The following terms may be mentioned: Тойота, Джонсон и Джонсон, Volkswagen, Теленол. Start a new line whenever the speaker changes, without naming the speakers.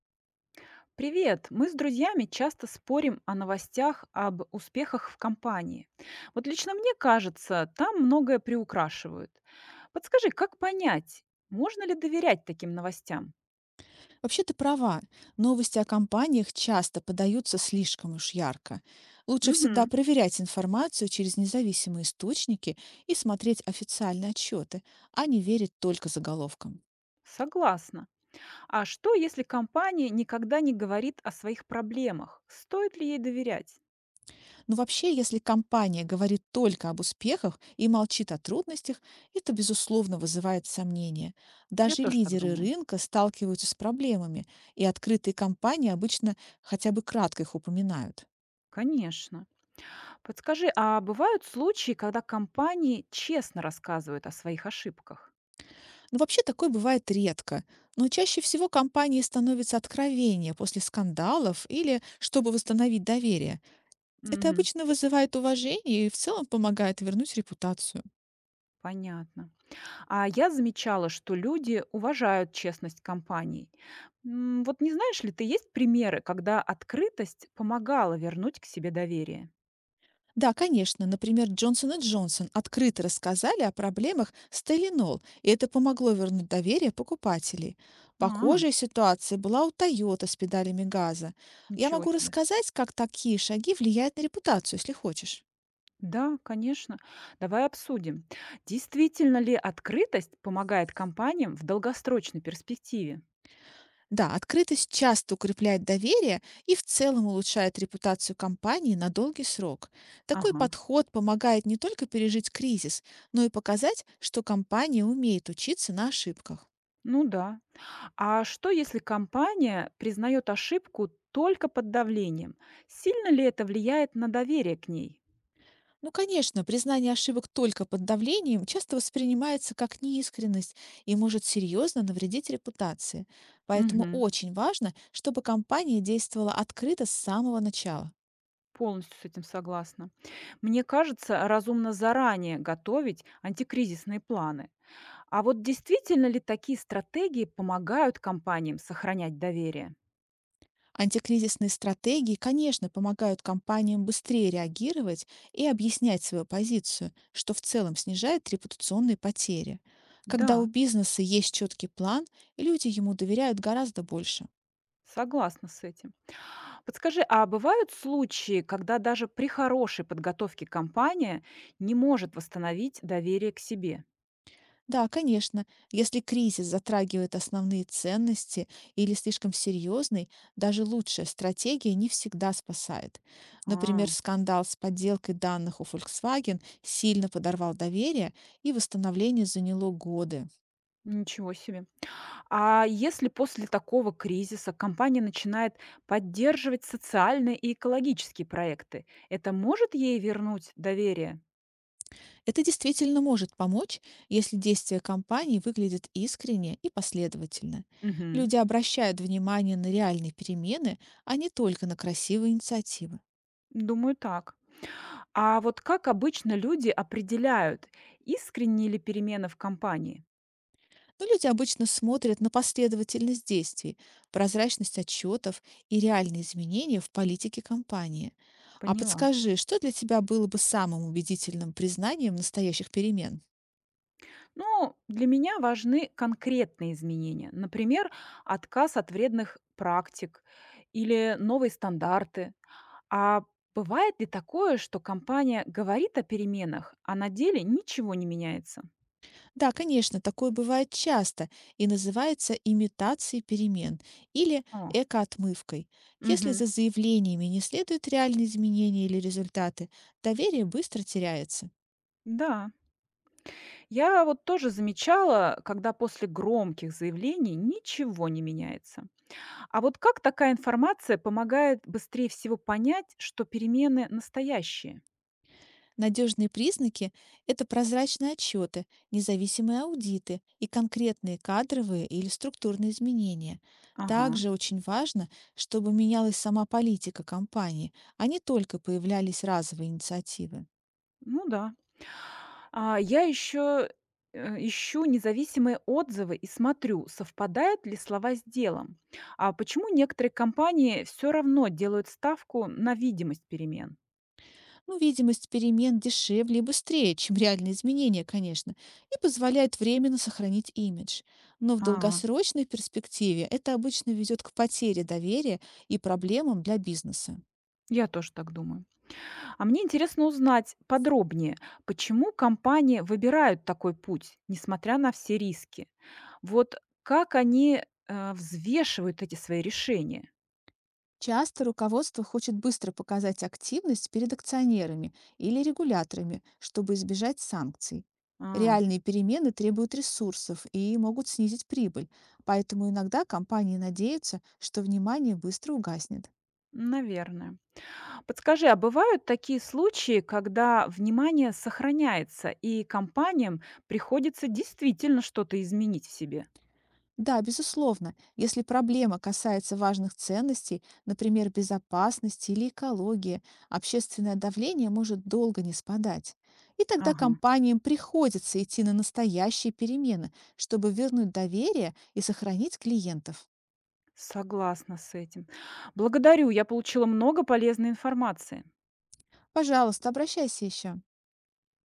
Привет! Мы с друзьями часто спорим о новостях об успехах в компании. Вот лично мне кажется, там многое приукрашивают. Подскажи, как понять, можно ли доверять таким новостям?
Вообще ты права. Новости о компаниях часто подаются слишком уж ярко. Лучше всегда
Угу,
проверять информацию через независимые источники и смотреть официальные отчеты, а не верить только заголовкам.
согласна. А что, если компания никогда не говорит о своих проблемах? Стоит ли ей доверять?
Но вообще, если компания говорит только об успехах и молчит о трудностях, это, безусловно, вызывает сомнения.
Я
Даже
тоже так
лидеры
думаю.
рынка сталкиваются с проблемами, и открытые компании обычно хотя бы кратко их упоминают.
Конечно. Подскажи, а бывают случаи, когда компании честно рассказывают о своих ошибках?
Ну, вообще такое бывает редко, но чаще всего компании становятся откровение после скандалов или чтобы восстановить доверие. Это
Угу,
обычно вызывает уважение и в целом помогает вернуть репутацию.
понятно. А я замечала, что люди уважают честность компаний. Вот не знаешь ли ты, есть примеры, когда открытость помогала вернуть к себе доверие?
Да, конечно, например, Джонсон и Джонсон открыто рассказали о проблемах с Теленол, и это помогло вернуть доверие покупателей.
А,
Похожая ситуация была у Тойота с педалями газа. Я
ничего
могу
себе.
рассказать, как такие шаги влияют на репутацию, если хочешь.
Да, конечно. Давай обсудим. Действительно ли открытость помогает компаниям в долгосрочной перспективе?
Да, открытость часто укрепляет доверие и в целом улучшает репутацию компании на долгий срок. Такой
Ага,
подход помогает не только пережить кризис, но и показать, что компания умеет учиться на ошибках.
ну да. А что, если компания признает ошибку только под давлением? Сильно ли это влияет на доверие к ней?
Ну, конечно, признание ошибок только под давлением часто воспринимается как неискренность и может серьезно навредить репутации. Поэтому очень важно, чтобы компания действовала открыто с самого начала.
Полностью с этим согласна. Мне кажется, разумно заранее готовить антикризисные планы. А вот действительно ли такие стратегии помогают компаниям сохранять доверие?
Антикризисные стратегии, конечно, помогают компаниям быстрее реагировать и объяснять свою позицию, что в целом снижает репутационные потери. Когда у
Да,
бизнеса есть четкий план, люди ему доверяют гораздо больше.
согласна с этим. Подскажи, а бывают случаи, когда даже при хорошей подготовке компания не может восстановить доверие к себе?
Да, конечно, если кризис затрагивает основные ценности или слишком серьезный, даже лучшая стратегия не всегда спасает.
А,
Например, скандал с подделкой данных у Volkswagen сильно подорвал доверие, и восстановление заняло годы.
ничего себе. А если после такого кризиса компания начинает поддерживать социальные и экологические проекты, это может ей вернуть доверие?
Это действительно может помочь, если действия компании выглядят искренне и последовательно.
Мгм.
Люди обращают внимание на реальные перемены, а не только на красивые инициативы.
Думаю, так. А вот как обычно люди определяют, искренние ли перемены в компании?
Но люди обычно смотрят на последовательность действий, прозрачность отчетов и реальные изменения в политике компании. А
Поняла.
подскажи, что для тебя было бы самым убедительным признанием настоящих перемен?
Ну, для меня важны конкретные изменения. Например, отказ от вредных практик или новые стандарты. А бывает ли такое, что компания говорит о переменах, а на деле ничего не меняется?
Да, конечно, такое бывает часто и называется имитацией перемен или
О,
экоотмывкой. Если
мгм.
за заявлениями не следуют реальные изменения или результаты, доверие быстро теряется.
Да. Я вот тоже замечала, когда после громких заявлений ничего не меняется. А вот как такая информация помогает быстрее всего понять, что перемены настоящие?
Надежные признаки– это прозрачные отчеты, независимые аудиты и конкретные кадровые или структурные изменения.
Ага.
Также очень важно, чтобы менялась сама политика компании, а не только появлялись разовые инициативы.
Ну да. А, я еще, ищу независимые отзывы и смотрю, совпадают ли слова с делом. А почему некоторые компании все равно делают ставку на видимость перемен?
Ну, видимость перемен дешевле и быстрее, чем реальные изменения, конечно, и позволяет временно сохранить имидж. Но в
А,
долгосрочной перспективе это обычно ведет к потере доверия и проблемам для бизнеса.
я тоже так думаю. А мне интересно узнать подробнее, почему компании выбирают такой путь, несмотря на все риски. Вот как они взвешивают эти свои решения?
Часто руководство хочет быстро показать активность перед акционерами или регуляторами, чтобы избежать санкций.
А,
Реальные перемены требуют ресурсов и могут снизить прибыль, поэтому иногда компании надеются, что внимание быстро угаснет.
наверное. Подскажи, а бывают такие случаи, когда внимание сохраняется и компаниям приходится действительно что-то изменить в себе?
Да, безусловно, если проблема касается важных ценностей, например, безопасности или экологии, общественное давление может долго не спадать. И тогда
Ага,
компаниям приходится идти на настоящие перемены, чтобы вернуть доверие и сохранить клиентов.
согласна с этим. Благодарю, я получила много полезной информации.
Пожалуйста, обращайся еще.